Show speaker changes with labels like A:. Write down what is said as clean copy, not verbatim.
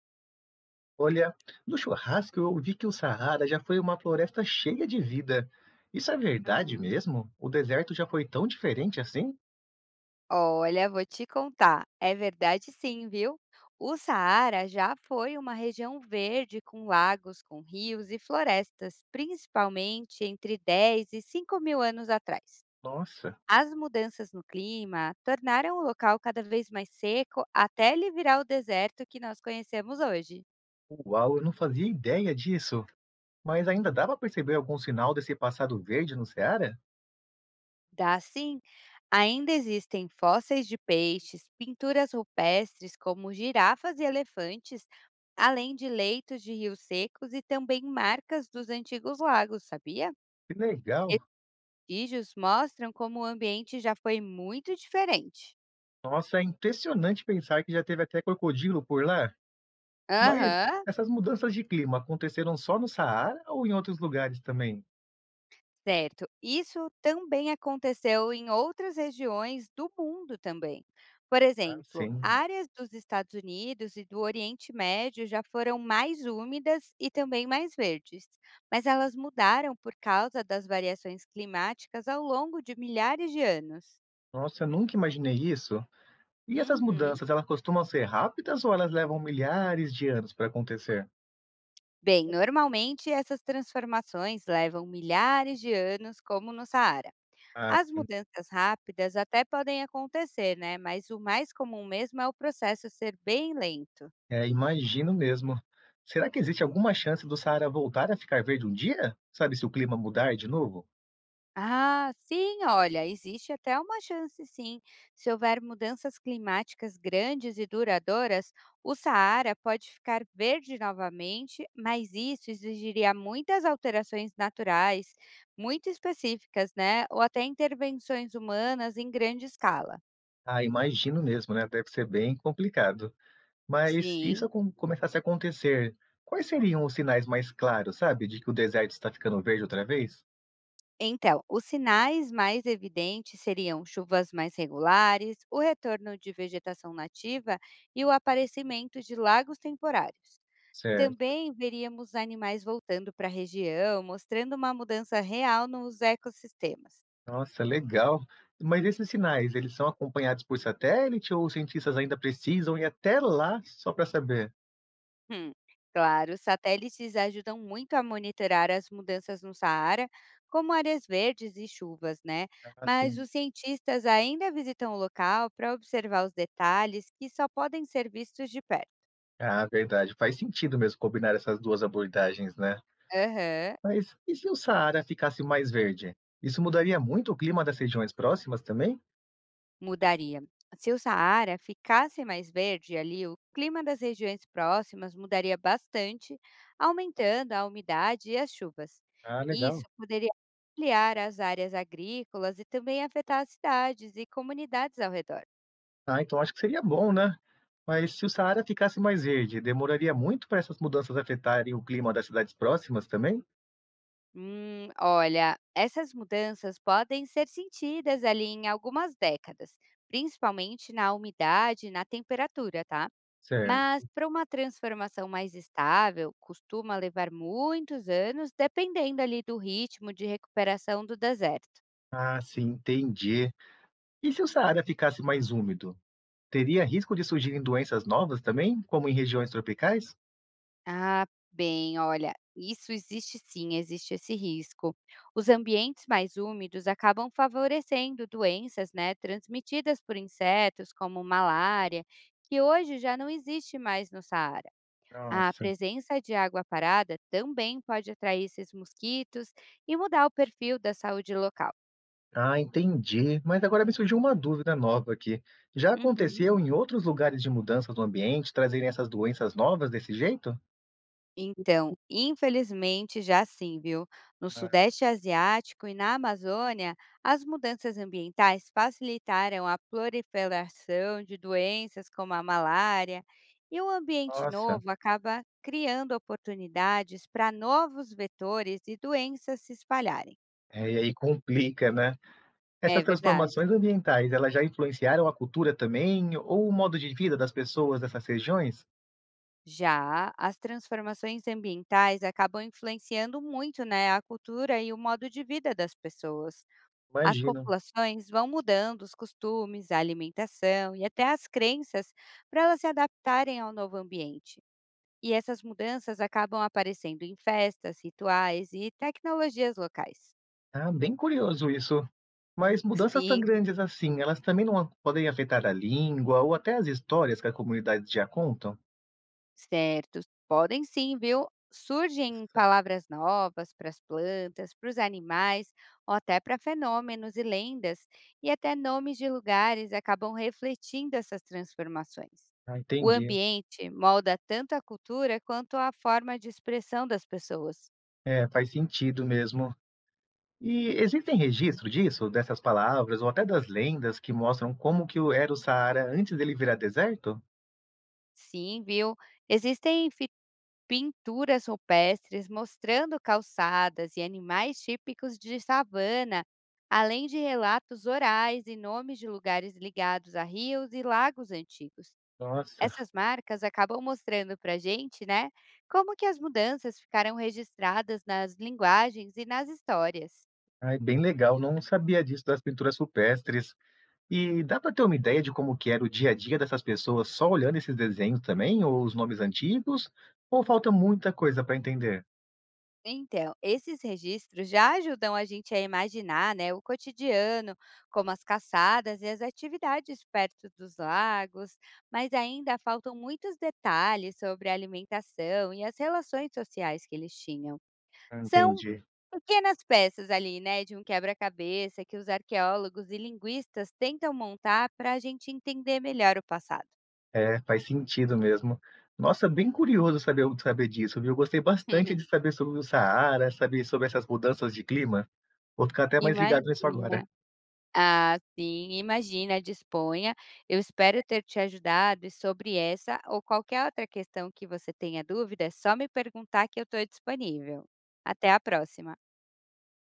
A: Olha, no churrasco eu ouvi que o Saara já foi uma floresta cheia de vida. Isso é verdade
B: Uhum.
A: mesmo? O deserto já foi tão diferente assim?
B: Olha, vou te contar. É verdade, sim, viu? O Saara já foi uma região verde com lagos, com rios e florestas, principalmente entre 10 e 5 mil anos atrás.
A: Nossa,
B: As mudanças no clima tornaram o local cada vez mais seco até ele virar o deserto que nós conhecemos hoje.
A: uau, eu não fazia ideia disso. Mas ainda dá para perceber algum sinal desse passado verde no Saara?
B: Dá, sim. Ainda existem fósseis de peixes, pinturas rupestres como girafas e elefantes, além de leitos de rios secos e também marcas dos antigos lagos, sabia?
A: Que
B: Esses
A: legal.
B: vestígios mostram como o ambiente já foi muito diferente.
A: Nossa, é impressionante pensar que já teve até crocodilo por lá. Mas
B: Aham.
A: essas mudanças de clima aconteceram só no Saara ou em outros lugares também?
B: Certo. Isso também aconteceu em outras regiões do mundo também. Por
A: Ah,
B: exemplo,
A: sim.
B: áreas dos Estados Unidos e do Oriente Médio já foram mais úmidas e também mais verdes, mas elas mudaram por causa das variações climáticas ao longo de milhares de anos.
A: Nossa, eu nunca imaginei isso. E essas
B: Uhum.
A: mudanças, elas costumam ser rápidas ou elas levam milhares de anos para acontecer?
B: Bem, normalmente essas transformações levam milhares de anos, como no Saara.
A: Ah,
B: As
A: sim.
B: mudanças rápidas até podem acontecer, né? Mas o mais comum mesmo é o processo ser bem lento.
A: É, imagino mesmo. Será que existe alguma chance do Saara voltar a ficar verde um dia? Sabe, se o clima mudar de novo?
B: Ah, sim, olha, existe até uma chance, sim. Se houver mudanças climáticas grandes e duradouras, o Saara pode ficar verde novamente, mas isso exigiria muitas alterações naturais, muito específicas, né? Ou até intervenções humanas em grande escala.
A: Ah, imagino mesmo, né? Deve ser bem complicado. Mas se isso
B: Sim.
A: começasse a acontecer, quais seriam os sinais mais claros, sabe, de que o deserto está ficando verde outra vez?
B: Então, os sinais mais evidentes seriam chuvas mais regulares, o retorno de vegetação nativa e o aparecimento de lagos temporários.
A: Certo.
B: Também veríamos animais voltando para a região, mostrando uma mudança real nos ecossistemas.
A: Nossa, legal. Mas esses sinais, eles são acompanhados por satélite ou os cientistas ainda precisam ir até lá só para saber?
B: Hum, Claro, os satélites ajudam muito a monitorar as mudanças no Saara, como áreas verdes e chuvas, né?
A: Ah,
B: Mas
A: sim.
B: os cientistas ainda visitam o local para observar os detalhes que só podem ser vistos de perto.
A: Ah, verdade. Faz sentido mesmo combinar essas duas abordagens, né?
B: Aham,
A: Mas e se o Saara ficasse mais verde? Isso mudaria muito o clima das regiões próximas também?
B: mudaria. Se o Saara ficasse mais verde ali, o clima das regiões próximas mudaria bastante, aumentando a umidade e as chuvas.
A: Ah,
B: Isso
A: legal.
B: poderia ampliar as áreas agrícolas e também afetar as cidades e comunidades ao redor.
A: Ah, então acho que seria bom, né? Mas se o Saara ficasse mais verde, demoraria muito para essas mudanças afetarem o clima das cidades próximas também?
B: Olha, essas mudanças podem ser sentidas ali em algumas décadas, principalmente na umidade e na temperatura, tá? Mas
A: Certo.
B: para uma transformação mais estável, costuma levar muitos anos, dependendo ali do ritmo de recuperação do deserto.
A: Ah, sim, entendi. E se o Saara ficasse mais úmido? Teria risco de surgirem doenças novas também, como em regiões tropicais?
B: Ah, bem, olha, isso existe, sim, existe esse risco. Os ambientes mais úmidos acabam favorecendo doenças, né, transmitidas por insetos como malária, que hoje já não existe mais no Saara. A
A: Nossa,
B: presença de água parada também pode atrair esses mosquitos e mudar o perfil da saúde local.
A: ah, entendi. Mas agora me surgiu uma dúvida nova aqui. Já
B: Uhum.
A: aconteceu em outros lugares de mudanças no ambiente trazerem essas doenças novas desse jeito?
B: Então, infelizmente, já sim, viu? No
A: Ah,
B: Sudeste Asiático e na Amazônia, as mudanças ambientais facilitaram a proliferação de doenças como a malária, e o ambiente
A: nossa,
B: novo acaba criando oportunidades para novos vetores e doenças se espalharem.
A: é, e aí complica, né?
B: É
A: Essas
B: verdade.
A: transformações ambientais, elas já influenciaram a cultura também, ou o modo de vida das pessoas dessas regiões?
B: Já as transformações ambientais acabam influenciando muito, né, a cultura e o modo de vida das pessoas. As
A: Imagino.
B: populações vão mudando os costumes, a alimentação e até as crenças para elas se adaptarem ao novo ambiente. E essas mudanças acabam aparecendo em festas, rituais e tecnologias locais.
A: Ah, bem curioso isso. Mas mudanças tão
B: Sim,
A: grandes assim, elas também não a podem afetar a língua ou até as histórias que a comunidade já contam?
B: certos podem, sim, viu? Surgem
A: Cer
B: palavras novas para as plantas, para os animais, ou até para fenômenos e lendas, e até nomes de lugares acabam refletindo essas transformações.
A: ah,
B: O
A: entendi.
B: ambiente molda tanto a cultura quanto a forma de expressão das pessoas.
A: É, faz sentido mesmo. E existem registro disso, dessas palavras ou até das lendas que mostram como que o era o Saara antes dele virar deserto?
B: Sim, viu? Existem pinturas rupestres mostrando calçadas e animais típicos de savana, além de relatos orais e nomes de lugares ligados a rios e lagos antigos.
A: Nossa,
B: Essas marcas acabam mostrando para a gente, né, como que as mudanças ficaram registradas nas linguagens e nas histórias.
A: ai, bem legal, não sabia disso das pinturas rupestres. E dá para ter uma ideia de como que era o dia a dia dessas pessoas só olhando esses desenhos também, ou os nomes antigos, ou falta muita coisa para entender?
B: Então, esses registros já ajudam a gente a imaginar, né, o cotidiano, como as caçadas e as atividades perto dos lagos, mas ainda faltam muitos detalhes sobre a alimentação e as relações sociais que eles tinham.
A: Ah,
B: São
A: entendi.
B: pequenas peças ali, né, de um quebra-cabeça que os arqueólogos e linguistas tentam montar para a gente entender melhor o passado.
A: É, faz sentido mesmo. Nossa, bem curioso saber disso, viu? Eu gostei bastante de saber sobre o Saara, saber sobre essas mudanças de clima. Vou ficar até mais ligado nisso
B: Imagina.
A: agora.
B: Ah, sim, imagina, disponha. Eu espero ter te ajudado, e sobre essa ou qualquer outra questão que você tenha dúvida, é só me perguntar que eu estou disponível. Até a próxima.